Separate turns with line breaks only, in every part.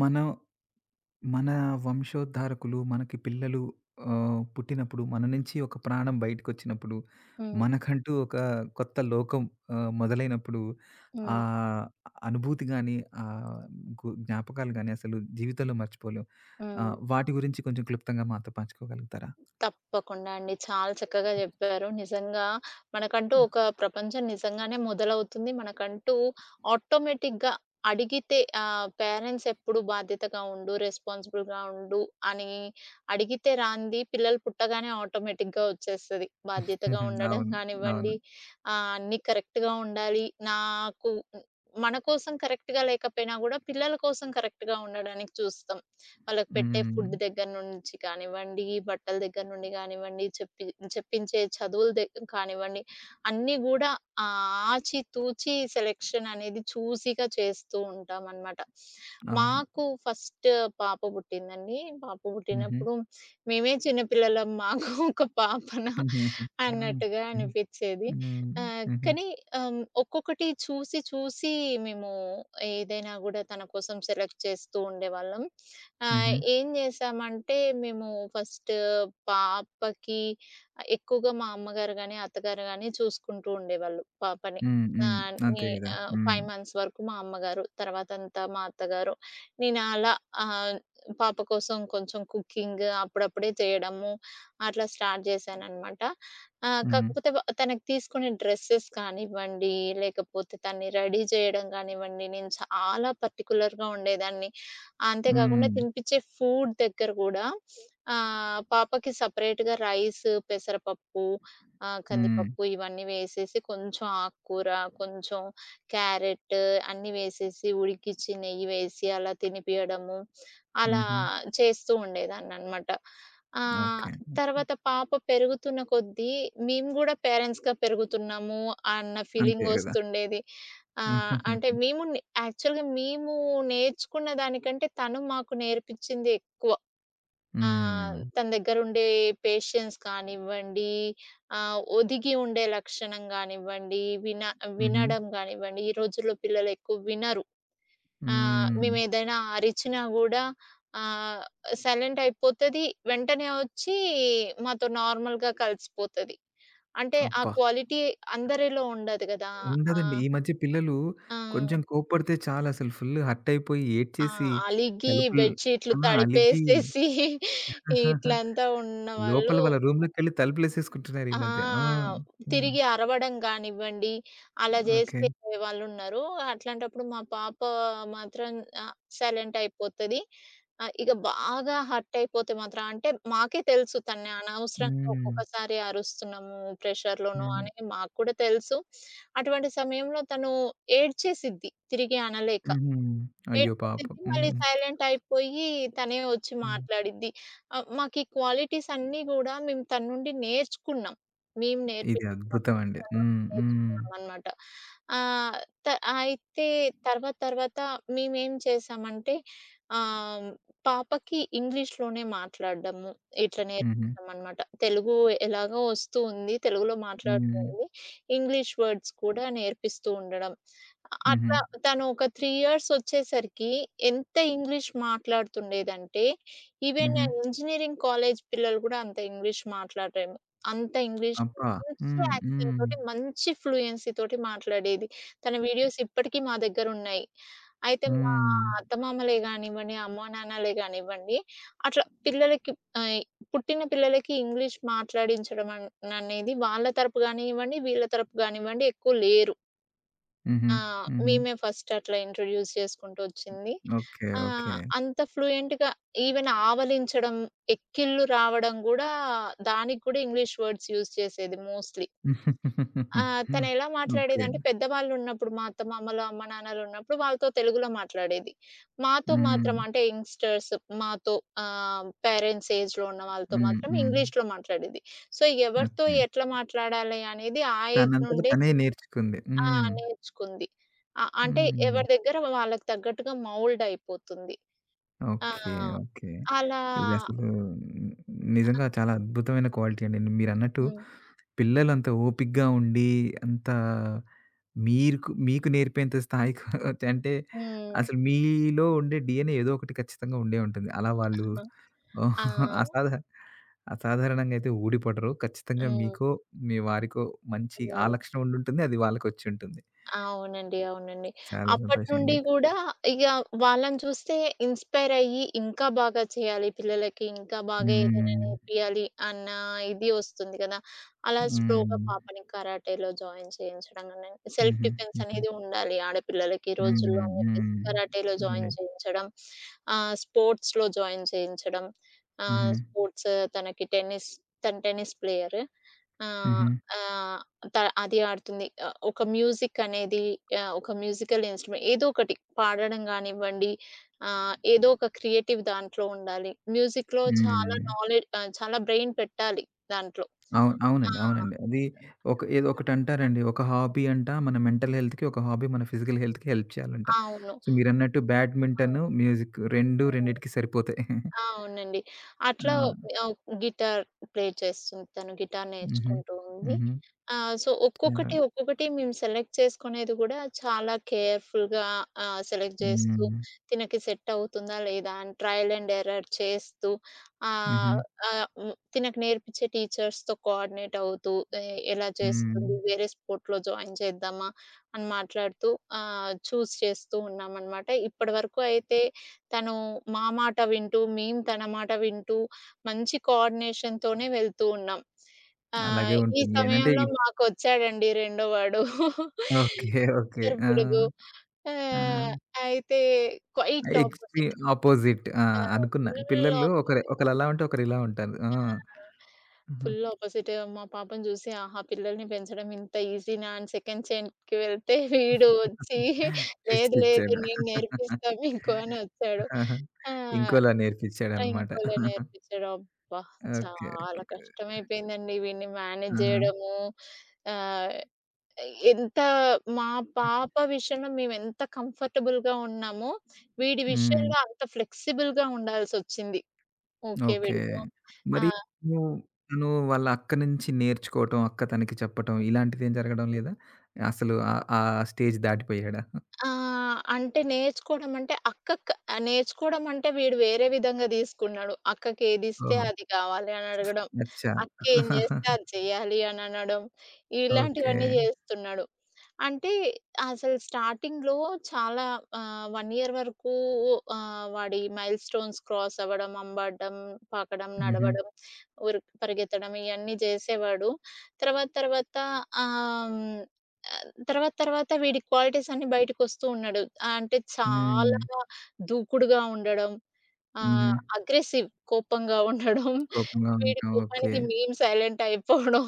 మనం మన వంశోద్ధారకులు, మనకి పిల్లలు పుట్టినప్పుడు, మన నుంచి ఒక ప్రాణం బయటకొచ్చినప్పుడు,
హ్మ్.
మనకంటూ ఒక కొత్త లోకం మొదలైనప్పుడు, ఆ
హ్మ్.
అనుభూతి గాని, ఆహ్, జ్ఞాపకాలు గాని అసలు జీవితంలో మర్చిపోలేం.
హ్మ్.
వాటి గురించి కొంచెం క్లుప్తంగా మాతో పంచుకోగలుగుతారా?
తప్పకుండా అండి. చాలా చక్కగా జెప్పారు. నిజంగా మనకంటూ ఒక ప్రపంచం నిజంగానే మొదలవుతుంది. మనకంటూ ఆటోమేటిక్‌గా అడిగితే పేరెంట్స్ ఎప్పుడు బాధ్యతగా ఉండు, రెస్పాన్సిబుల్‌గా ఉండు అని అడిగితే రానిది పిల్లలు పుట్టగానే ఆటోమేటిక్‌గా వచ్చేస్తది. బాధ్యతగా
హుహు.
ఉండడం
అవును. అవును.
గానివ్వండి, అన్నీ కరెక్ట్‌గా ఉండాలి. నాకు మన కోసం కరెక్ట్‌గా లేకపోయినా గూడా పిల్లల కోసం కరెక్ట్‌గా ఉండడానికి చూస్తాం. వాళ్ళకి పెట్టే
హ్మ్.
ఫుడ్ దగ్గర నుంచి కానివ్వండి, బట్టల దగ్గర నుండి కానివ్వండి, చెప్పించే చదువుల దగ్ కానివ్వండి, అన్నీ గూడా ఆచి తూచి సెలెక్షన్ అనేది చూసిగా చేస్తూ ఉంటామనమాట.
అవును.
మాకు ఫస్ట్ పాప పుట్టిందండి. పాప
హుహు.
పుట్టినప్పుడు మేమే చిన్న పిల్లలం మాకు ఒక పాపన
హుహుహు. హ్మ్.
అన్నట్టుగా
హ్మ్.
అనిపిచ్చేది.
హ్మ్. హుహు.
కానీ ఒక్కొక్కటి చూసి చూసి మేము ఏదైనా గూడా తన కోసం సెలెక్ట్ చేస్తూ ఉండేవాళ్ళం. ఆ!
హుహు.
ఏం జేశామంటే, మేము ఫస్ట్ పాపకి ఎక్కువగా మా అమ్మగారు గాని, అత్తగారు గాని చూసుకుంటూ ఉండేవాళ్ళు పాపని.
హ్మ్. హ్మ్.
ఆహ్, నే
అంతే గదా! హ్మ్.
5 మంత్స్ వరకు మా అమ్మగారు, తర్వాతంతా మా అత్తగారు. నేను అలా ఆహ్, పాప కోసం కొంచెం కుకింగ్ అప్పుడప్పుడే చేయడము, అట్లా స్టార్ట్ జేశాననమాట.
హ్మ్.
కాకపోతే తనకి తీసుకునే డ్రెసెస్ కానివ్వండి, లేకపోతే తనని రెడీ జేయడం గానివ్వండి, నేను చాలా పర్టిక్యులర్‌గా ఉండేదాన్ని. అంతే కాకుండా
హ్మ్.
తినిపించే ఫుడ్ దగ్గర గూడా పాపకి సెపరేట్‌గా రైస్, పెసరపప్పు,
హ్మ్.
కందిపప్పు ఇవన్నీ వేసేసి కొంచెం ఆకుకూర, కొంచెం క్యారెట్ అన్నీ వేసేసి ఉడికిచ్చి నెయ్యి వేసి అలా తినిపియడము. అలా
హుహు.
చేస్తూ ఉండేదాన్ననమాట. ఆహ్,
ఓకే.
తర్వాత పాప పెరుగుతున్న కొద్దీ మేము గూడా పేరెంట్స్‌గా పెరుగుతున్నాము అన్న
అంతే గదా!
ఫీలింగొస్తుండేది. ఆ! అంటే మేము నే యాక్చువల్‌గా మేము నేర్చుకున్న దానికంటే తను మాకు నేర్పించింది ఎక్కువ.
హ్మ్.
తన దగ్గరుండే పేషెన్స్ కానివ్వండి, ఒదిగి ఉండే లక్షణం గానివ్వండి,
హుహు.
వినడం గానివ్వండి, ఈ రోజుల్లో పిల్లలెక్కువ వినరు.
హ్మ్.
మేమేదైనా అరిచినా గూడా ఆహ్, సైలెంట్ అయిపోతది. వెంటనే వచ్చి మాతో నార్మల్‌గా కలిసిపోతది. అంటే ఆ
అబ్బా!
క్వాలిటీ అందరిలో ఉండదు గదా!
ఉండదండి.
ఆహ్,
ఈ మధ్య పిల్లలు
ఆ!
కొంచెం కోప్పడితే చాలు అసలు ఫుల్ హర్ట్ అయిపోయి
ఆ!
ఏడ్చేసి
అలిగి
తలుపులు
బెడ్‌షీట్లు
ఆ! అలిగి
తడిపేసేసి ఇట్లంతా
లోపల
ఉన్నవాళ్ళు.
వాళ్ళ రూమ్‌లోకెళ్ళి తలుపులేసేసుకుంటున్నారు ఈ మధ్య. ఆ!
ఆ!
ఆ!
తిరిగి అరవడం గానివ్వండి, అలా
ఓకే.
జేసే వాళ్ళున్నారు. అట్లాంటప్పుడు మా పాప మాత్రం ఆహ్, సైలెంట్ అయిపోతది. ఇగ బాగా హర్ట్ అయిపోతే మాత్రం అంటే మాకే తెలుసు తన్ని అనవసరంగా
హ్మ్.
ఒక్కొక్కసారి అరుస్తున్నాము ప్రెషర్‌లోనో
హ్మ్.
అని మాకు కూడా తెలుసు. అటువంటి సమయంలో తను ఏడ్చేసిద్ది తిరిగి అనలేక.
హుహు. అయ్యో! పాపం.
ఏడ్చేసిద్ది. మళ్ళీ
హ్మ్.
సైలెంట్ అయిపోయి తనే వచ్చి
హ్మ్.
మాట్లాడిద్ది. మాకీ క్వాలిటీస్ అన్నీ గూడా మేము తన నుండి నేర్చుకున్నాం. మేము
ఇది
నేర్పించుకున్నాం.
అద్భుతం అండి.
తన నుండి
హ్మ్. హ్మ్.
నేర్చుకున్నామనమాట. ఆహ్, త అయితే తర్వాత తర్వాత మేమేం చేశామంటే ఆహ్, పాపకి ఇంగ్లీష్‌లోనే మాట్లాడడము ఇట్లా
హుహు.
నేర్పించామనమాట. తెలుగు ఎలాగో వస్తూ ఉంది. తెలుగులో మాట్లాడుతూ
హ్మ్.
ఉంది. ఇంగ్లీష్ వర్డ్స్ కూడా నేర్పిస్తూ ఉండడం.
హుహు.
అట్లా తను ఒక 3 ఇయర్స్ వచ్చేసరికి ఎంత ఇంగ్లీష్ మాట్లాడుతుండేదంటే, ఈవెన్
హుహు.
ఇంజినీరింగ్ కాలేజ్ పిల్లలు కూడా అంత ఇంగ్లీష్ మాట్లాడరేమో. అంత ఇంగ్లీష్
అబ్బా!
మంచి
హ్మ్.
యాక్సెంట్
హ్మ్.
తోటి, మంచి ఫ్లూయెన్సీ తోటి మాట్లాడేది. తన వీడియోస్ ఇప్పటికీ మా దగ్గరున్నాయి. అయితే మా
హ్మ్.
అత్తమామలే గానివ్వండి, అమ్మా నాన్నలే గానివ్వండి, అట్లా పిల్లలకి ఆహ్, పుట్టిన పిల్లలకి ఇంగ్లీష్ మాట్లాడించడం అనేది వాళ్ళ తరపు గానివ్వండి, వీళ్ళ తరపు గానివ్వండి ఎక్కువ లేరు.
హుహు.
ఆ!
హుహు.
మేమే ఫస్ట్ అట్లా ఇంట్రొడ్యూస్ చేసుకుంటూ వచ్చింది.
ఓకే. ఓకే.
అంత ఫ్లూయెంట్‌గా ఈవెన్ ఆవలించడం, ఎక్కిళ్ళు రావడం గూడా దానికి గూడా ఇంగ్లీష్ వర్డ్స్ యూజ్ చేసేది మోస్ట్‌లీ. తను ఎలా
ఓకే.
మాట్లాడేదంటే పెద్దవాళ్ళున్నప్పుడు మా అత్తమామలు, అమ్మ నాన్నలున్నప్పుడు వాళ్ళతో తెలుగులో మాట్లాడేది. మాతో
హ్మ్.
మాత్రం అంటే యంగ్‌స్టర్స్ మాతో పేరెంట్స్ ఏజ్‌లో ఉన్న వాళ్ళతో
హ్మ్.
మాత్రం
హ్మ్.
ఇంగ్లీష్‌లో మాట్లాడేది. సో, ఎవరితో
ఓకే.
ఎట్లా మాట్లాడాలి అనేది ఆ ఏజ్
తనంతట
నుండే
తనే నేర్చుకుంది.
ఆ!
హ్మ్.
నేర్చుకుంది. అంటే
హ్మ్.
ఎవరి దగ్గర వాళ్ళకి తగ్గట్టుగా మౌల్డ్ అయిపోతుంది. ఆ!
ఓకే. ఓకే.
అలా
ఇదసలు ని నిజంగా చాలా అద్భుతమైన క్వాలిటీ అండి. మీరన్నట్టు
హ్మ్.
పిల్లలంత ఓపికగా ఉండి, అంత మీకు మీకు నేర్పేంత స్థాయికి అంటే
హ్మ్.
అసలు మీలో ఉండే డీఎన్ఏ ఏదో ఒకటి ఖచ్చితంగా ఉండే ఉంటుంది. అలా వాళ్ళు
ఆహా! ఆ!
అసాధ అసాధారణంగా అయితే ఊడిపడరు. ఖచ్చితంగా
హ్మ్.
మీకో, మీ వారికో మంచి ఆ
హ్మ్.
లక్షణం ఉండుంటుంది. అది వాళ్ళకొచ్చుంటుంది.
అవునండి. అవునండి.
చాలా సంతోషం
అప్పటినుండి
అండి.
గూడా ఇగ వాళ్ళని చూస్తే ఇన్‌స్పైర్ అయ్యి ఇంకా బాగా చేయాలి పిల్లలకి, ఇంకా బాగా ఏదైనా
హ్మ్.
నేర్పియాలి అన్న ఇది వస్తుంది గదా! అలా స్లోగా
హ్మ్.
పాపని కరాటేలో జాయిన్ చేయించడం గాని, సెల్ఫ్
హుహు.
డిఫెన్స్
హుహు.
అనేది ఉండాలి ఆడపిల్లలకి ఈ రోజుల్లో
హ్మ్.
అని జెప్పేసి
హ్మ్.
కరాటేలో జాయిన్
రైట్.
చేయించడం, స్పోర్ట్స్‌లో జాయిన్ చేయించడం.
హుహు.
ఆహ్, స్పోర్ట్స్ తనకి టెన్నిస్ తను టెన్నిస్ ప్లేయర్. ఆహ్,
హుహు.
ఆహ్ త అది ఆడుతుంది. ఆహ్, ఒక మ్యూజిక్ అనేది ఆహ్, ఒక మ్యూజికల్ ఇన్‌స్ట్రుమెంట్ ఏదో ఒకటి పాడడం గానివ్వండి, ఏదో ఒక క్రియేటివ్ దాంట్లో ఉండాలి. మ్యూజిక్‌లో
హ్మ్.
చాలా నాలెడ్జ్ చాలా బ్రెయిన్ పెట్టాలి దాంట్లో.
అవు
ఆ!
అవునండి. అవునండి. అది ఒక ఏదో ఒకటంటారండి. ఒక హాబీ అంట మన మెంటల్ హెల్త్‌కి, ఒక హాబీ మన ఫిజికల్ హెల్త్‌కి హెల్ప్ చేయాలంట.
అవును.
సో, మీరన్నట్టు బ్యాడ్మింటన్, మ్యూజిక్ 2
అవును.
రెండిటికి సరిపోతాయి.
ఆ! అవునండి.
ఆ!
అట్లా ఆహ్, గిటార్ ప్లే చేస్తుంది తను. గిటార్
హుహు.
నేర్చుకుంటూ ఉంది.
హుహు.
సో,
చాలా
ఒక్కొక్కటి, ఒక్కొక్కటి మేము సెలెక్ట్ చేసుకునేది కూడా చాలా కేర్‌ఫుల్‌గా సెలెక్ట్ చేస్తూ,
హ్మ్.
తినకి సెట్ అవుతుందా లేదా అని ట్రయల్ అండ్ ఎర్రర్ చేస్తూ
హుహు.
ఆహ్, ఆహ్, హ్మ్. తినకు నేర్పించే టీచర్స్‌తో కోఆర్డినేట్ అవుతూ ఎ ఎలా
హ్మ్.
చేస్తుంది, వేరే స్పోర్ట్‌లో జాయిన్ చేద్దామా అని మాట్లాడుతూ చూజ్ చేస్తూ ఉన్నామనమాట. ఇప్పటివరకు అయితే తను మా మాట వింటూ, మేము తన మాట వింటూ, మంచి కోఆర్డినేషన్‌తోనే వెళ్తూ ఉన్నాం.
అలాగే
ఈ
ఉంటుందిలెండి. అంటే
సమయంలో మాకొచ్చాడండి రెండో వాడు.
ఓకే. ఓకే. ఆ!
పిచ్చలపిడుగు.
ఆ!
ఆహ్, అయితే క్వైట్ ఆపోజిట్.
Extreme opposite. ఆ! అనుకున్నా.
ఫుల్
పిల్లలు ఒకరు
ఆపోజిట్.
ఒకళ్ళలా ఉంటే ఒకరిలా ఉంటారు. ఆ!
ఆ!
హుహు.
Full opposite. మా పాపను చూసి ఆహా! పిల్లల్ని పెంచడం ఇంత ఈజీనా అని సెకండ్ చైన్‌కి వెళ్తే వీడు వచ్చి
ట్విస్ట్
లేదు లేదు
ఇచ్చాడు.
నేను నేర్పిస్తా మీకు అని వచ్చాడు.
ఆహా!
ఆ!
ఇంకోలా
ఆ!
నేర్పించాడన్నమాట.
ఇంకోలా నేర్పించడం. అబ్బా!
ఓకే.
చాలా
ఓకే.
కష్టమైపోయిందండి వీడిని మేనేజ్
ఆహా!
జేయడము. ఆహ్, ఎంత మా పాప విషయంలో మేమెంత కంఫర్టబుల్‌గా ఉన్నామో, వీడి
హ్మ్.
విషయంలో అంత ఫ్లెక్సిబుల్‌గా ఉండాల్సొచ్చింది. ఓకే.
ఓకే.
వీడికి ఆ!
మరి నువ్వు తను వాళ్ళ అక్క నుంచి నేర్చుకోవటం, అక్క తనకి చెప్పటం ఇలాంటిదేం జరగడం లేదా? అసలు ఆ ఆ స్టేజ్ దాటిపోయాడా?
ఆ! అంటే నేర్చుకోవడం అంటే వీడు వేరే విధంగా తీసుకున్నాడు. అక్కకేదిస్తే
ఓహో!
అది కావాలి అని అడగడం.
అచ్చా!
అక్కేం చేస్తే అది చేయాలి అని అనడం.
ఓకే.
ఇలాంటివన్నీ చేస్తున్నాడు. అంటే అసలు స్టార్టింగ్‌లో చాలా 1 ఇయర్ వరకు వాడి మైల్ స్టోన్స్ క్రాస్ అవ్వడం, అంబడం, పాకడం,
హుహు.
నడవడం, ఉరుకు పరిగెత్తడం ఇయన్నీ చేసేవాడు. తర్వాత తర్వాత ఆహ్, హ్మ్. ఆహ్, తర్వాత తర్వాత వీడి క్వాలిటీస్ అన్నీ బయటకొస్తూ ఉన్నాడు. ఆ, అంటే
హ్మ్.
చాలా దూకుడుగా ఉండడం, ఆ!
హుహు.
అగ్రెసివ్ కోపంగా ఉండడం,
కోపంగా
వీడి
ఉంటాం. ఓకే.
కోపానికి మేము సైలెంట్ అయిపోవడం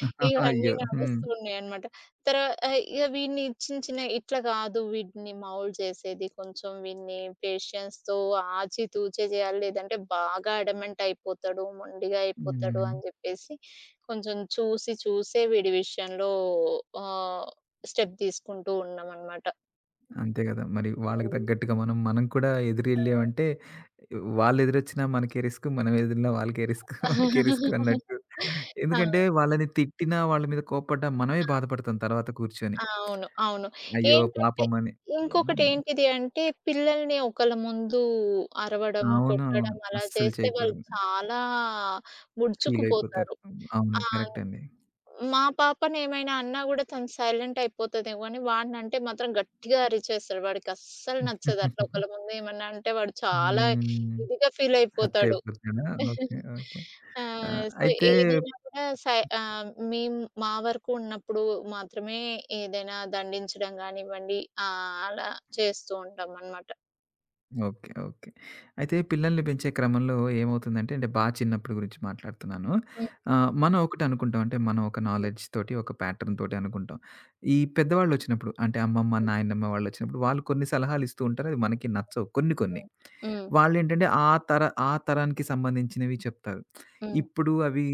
ఇవన్నీ
అయ్యో! హ్మ్.
నడుస్తూ ఉన్నాయన్నమాట. ఇగ వీడిని చిన్న చిన్న ఇట్లా కాదు వీడిని మౌల్డ్ చేసేది కొంచెం వీడిని పేషెన్స్‌తో ఆచితూచే చేయాలి. లేదంటే బాగా అడమెంట్ అయిపోతాడు, మొండిగా అయిపోతాడు
హ్మ్.
అని చెప్పేసి కొంచెం చూసి చూసే వీడి విషయంలో ఆహ్, స్టెప్ తీసుకుంటూ ఉన్నామన్నమాట.
అంతే గదా! మరి వాళ్ళకి
హ్మ్.
తగ్గట్టుగా మనం కూడా ఎదురెళ్ళామంటే వాళ్ళెదురొచ్చినా మనకే రిస్క్. మనం ఎదిరినా వాళ్ళకే రిస్క్. మనకే రిస్క్ అన్నట్టు.
ఆ!
ఎందుకంటే వాళ్ళని తిట్టినా, వాళ్ళ మీద కోప్పడ్డా మనమే
ఆ!
బాధపడతాం తర్వాత కూర్చొని.
అవును. అవును.
అయ్యో!
ఏంటంటే
పాపమని. హ్మ్.
ఇంకొకటేంటిది అంటే పిల్లల్ని ఒకళ్ళ ముందు అరవడం,
అవునవును.
కొట్టడం అలా
అస్సలు
చేస్తే వాళ్ళు
చేయకూడదు.
చాలా
ఫీల్ అయిపోతారు.
ముడుచుకుపోతారు.
అవును.
ఆ!
కరెక్ట్ అండి.
మా పాపనేమైనా అన్నా గూడా తను సైలెంట్ అయిపోతదేమో అని వాడినంటే మాత్రం గట్టిగా అరిచేస్తాడు. వాడికస్సలు నచ్చదు. అట్లా ఒకళ్ళ ముందు ఏమన్నా అంటే వాడు చాలా
హ్మ్.
ఇదిగా ఫీల్
హర్ట్
అయిపోతాడు.
అయిపోతాడా? ఓకే. ఓకే.
ఆ!
ఆ!
సో,
అయితే
ఏదైనా కూడా సై ఆహ్, మేం మా వరకు ఉన్నప్పుడు మాత్రమే ఏదైనా దండించడం గానివ్వండి, అలా చేస్తూ ఉంటామనమాట.
ఓకే. ఓకే. అయితే పిల్లల్ని పెంచే క్రమంలో ఏమవుతుందంటే అంటే చిన్నప్పుడు గురించి మాట్లాడుతున్నాను.
హ్మ్.
మనం ఒకటి అనుకుంటాం. అంటే మనం ఒక
హ్మ్.
నాలెడ్జ్ తోటి, ఒక ప్యాటర్న్ తోటి అనుకుంటాం. ఈ పెద్దవాళ్ళొచ్చినప్పుడు అంటే అమ్మమ్మ,
హ్మ్.
నాయనమ్మ వాళ్ళొచ్చినప్పుడు వాళ్ళు కొన్ని సలహాలు ఇస్తూ ఉంటారు. అవి మనకి నచ్చవు కొన్ని కొన్ని.
హ్మ్.
వాళ్ళేంటంటే ఆ తరానికి సంబంధించినవి చెప్తారు.
హ్మ్.
ఇప్పుడు అవి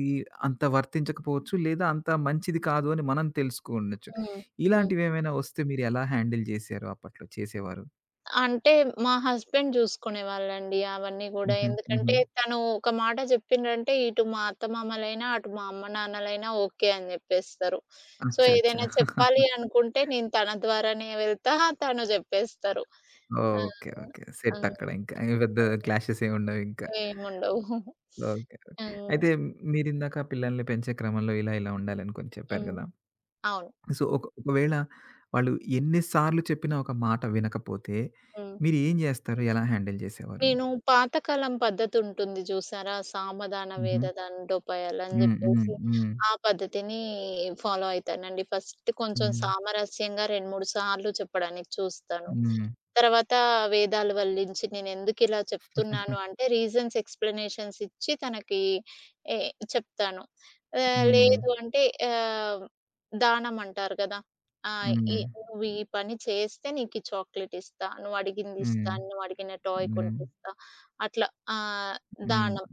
అంత వర్తించకపోవచ్చు. లేదా అంత మంచిది కాదు అని మనం తెలుసుకుండొచ్చు.
హ్మ్. హ్మ్.
ఇలాంటివేమైనా వస్తే మీరెలా హ్యాండిల్ చేశారు అప్పట్లో? చేసేవారు?
అంటే మా హస్బెండ్ జూసుకునేవాళ్ళండి అవన్నీ గూడా.
హుహు. హుహు.
ఎందుకంటే తను ఒక మాట జెప్పిండ్రంటే ఇటు మా అత్తమామలైనా, అటు మా అమ్మ నాన్నలైనా ఓకే అని జెప్పేస్తారు. సో,
అచ్చా! అచ్చా!
ఏదైనా చెప్పాలి అనుకుంటే నేను తన ద్వారానే వెళ్తా. తను జెప్పేస్తారు. ఆ!
ఓకే. ఓకే.
ఆ!
సెట్ అక్కడ ఇంకా. ఏం పెద్ద
ఆ!
క్లాషెస్ ఏమి ఉండవింకా.
ఏముండవు.
ఓకే. ఓకే.
హ్మ్.
అయితే మీరిందాక పిల్లల్ని పెంచే క్రమంలో ఇలా, ఇలా ఉండాలని కొన్ని చెప్పారు
హ్మ్.
గదా!
అవును.
సో, ఒకవేళ వాళ్ళు ఎన్ని సార్లు చెప్పినా ఒక మాట వినకపోతే
హ్మ్.
మీరేం జేస్తారు? ఎలా హ్యాండిల్ జేసేవారు?
నేను పాతకాలం పద్ధతుంటుంది జూసారా? సామదాన
హుహు.
వేదదాన డోపయాలని
హ్మ్. హ్మ్.
జెప్పేసి,
హ్మ్.
ఆ పద్ధతిని ఫాలో అయితానండి. ఫస్ట్ కొంచెం
హ్మ్.
సామరస్యంగా 2, 3 సార్లు చెప్పడానికి చూస్తాను.
హ్మ్.
తర్వాత వేదాలు వల్లించి నేనెందుకిలా చెప్తున్నాను అంటే రీజన్స్, ఎక్స్‌ప్లనేషన్స్ ఇచ్చి తనకి ఎ చెప్తాను.
హ్మ్.
లేదు అంటే ఆహ్, దానం అంటారు గదా! ఆ!
హ్మ్.
ఈ "నువ్వు ఈ పని చేస్తే నీకు ఈ చాక్లెట్ ఇస్తా. నువ్వు అడిగింది ఇస్తా.
హ్మ్.
నువ్వు అడిగిన టాయ్
హ్మ్.
కొనిపిస్తా." అట్లా ఆహ్,
హ్మ్.
దానం.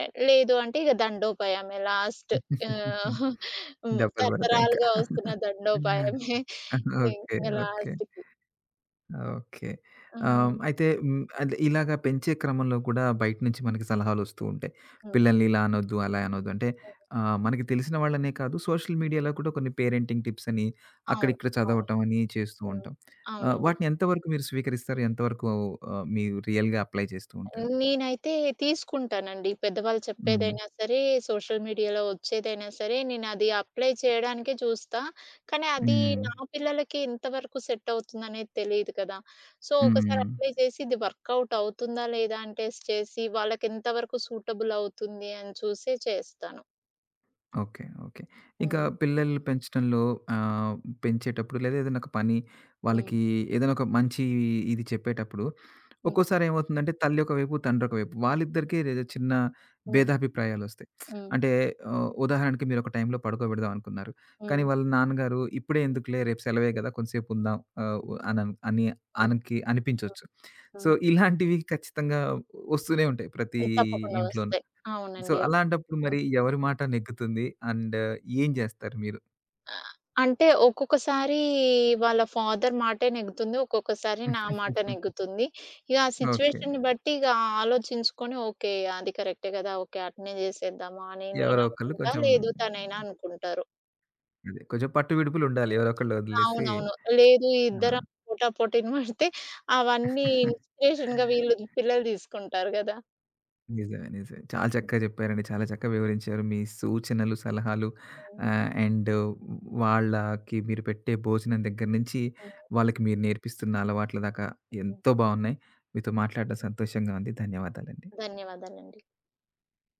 లేదు అంటే ఇక దండోపాయమే లాస్ట్. ఆహ్, హ్మ్.
దెబ్బలు పడతాయి ఇంకా.
తరతరాలుగా వస్తున్న దండోపాయమే.
ఓకే.
ఇంక
ఓకే.
లాస్ట్‌కి.
ఓకే.
హ్మ్.
అయితే హ్మ్, అంటే ఇలాగ పెంచే క్రమంలో కూడా బయట నుంచి మనకి సలహాలొస్తూ ఉంటాయి.
హ్మ్.
పిల్లల్ని ఇలా అనొద్దు, అలా అనొద్దు అంటే
హ్మ్.
మనకి తెలిసిన వాళ్ళనే కాదు సోషల్ మీడియాలో కూడా కొన్ని పేరెంటింగ్ టిప్స్ అని,
అవును.
అక్కడిక్కడ
అవును.
చదవటం అని చేస్తూ
హ్మ్.
ఉంటాం.
అవునండి.
వాటిని ఎంతవరకు మీరు స్వీకరిస్తారు? ఎంతవరకు మీరు రియల్‌గా అప్లై చేస్తూ ఉంటారు?
నేనైతే తీసుకుంటానండి. పెద్దవాళ్ళు
హ్మ్.
చెప్పేదైనా సరే, సోషల్ మీడియాలో వచ్చేదైనా సరే, నేనది అప్లై చేయడానికే చూస్తా. కానీ అది
హ్మ్.
నా పిల్లలకి ఎంతవరకు సెట్ అవుతుందనేది తెలీదు కదా! సో,
హ్మ్.
ఒకసారి అప్లై చేసి ఇది వర్కౌట్ అవుతుందా, లేదా అని టెస్ట్ చేసి వాళ్ళకి ఎంతవరకు సూటబుల్ అవుతుంది అని చూసే చేస్తాను.
ఓకే. ఓకే. ఇంకా
హ్మ్.
పిల్లల్ని పెంచటంలో ఆహ్, పెంచేటప్పుడు లేదా ఏదైనా ఒక పని
హ్మ్.
వాళ్ళకి ఏదైనా ఒక మంచి ఇది చెప్పేటప్పుడు
హ్మ్.
ఒక్కోసారి ఏమవుతుందంటే తల్లి ఒకవైపు, తండ్రి ఒకవైపు వాళ్ళిద్దరికీ ఏదో చిన్న
హ్మ్.
భేదాభిప్రాయాలొస్తాయి.
హ్మ్.
అంటే ఉదాహరణకి మీరు ఒక టైంలో పడుకోబెడదాం అనుకున్నారు. కానీ
హ్మ్.
వాళ్ళ నాన్నగారు ఇప్పుడే ఎందుకులే రేపు సెలవే గదా! కొంసేపు ఉందాం ఆహ్, అని
హ్మ్.
అనకి
హ్మ్.
అనిపించొచ్చు. సో,
హ్మ్.
ఇలాంటివి ఖచ్చితంగా వస్తూనే ఉంటాయి ప్రతి
తప్పకుండా
ఇంట్లోనూ.
వస్తాయి.
సో,
అవునండి.
అలాంటప్పుడు
అవును.
మరి ఎవరి మాట నెగ్గుతుంది? అండ్ ఏం జేస్తారు మీరు?
అంటే ఒక్కొక్కసారి వాళ్ళ ఫాదర్ మాటే నెగ్గుతుంది. ఒక్కొక్కసారి నా మాట నెగ్గుతుంది. ఇక ఆ
ఓకే.
సిట్యుయేషన్‌ని బట్టి ఇక ఆలోచించుకొని ఓకే. అది కరెక్టే కదా! ఓకే. అట్నే చేసేద్దామా అని నేను
ఎవరో ఒకళ్ళు
అనుకుంటా.
కొంచెం
లేదు తనైనా అనుకుంటారు.
అదే. కొంచెం పట్టు విడుపులుండాలి. ఎవరో ఒకళ్ళు వదిలేసి
అవునవును. లేదు
ఆ!
ఇద్దరం పోటా పోటీని పడితే అవన్నీ ఇన్‌స్పిరేషన్‌గా వీళ్ళు పిల్లలు తీసుకుంటారు కదా!
నిజమే. నిజమే. చాలా
హ్మ్.
చక్కగా చెప్పారండి. చాలా చక్కగా వివరించారు. మీ సూచనలు, సలహాలు అండ్ వాళ్ళకి మీరు పెట్టే భోజనం దగ్గర నుంచి,
హ్మ్.
వాళ్ళకి మీరు నేర్పిస్తున్న అలవాట్ల దాకా
హ్మ్.
ఎంతో బావున్నాయి. మీతో మాట్లాడడం సంతోషంగా ఉంది. ధన్యవాదాలండి.
ధన్యవాదాలండి.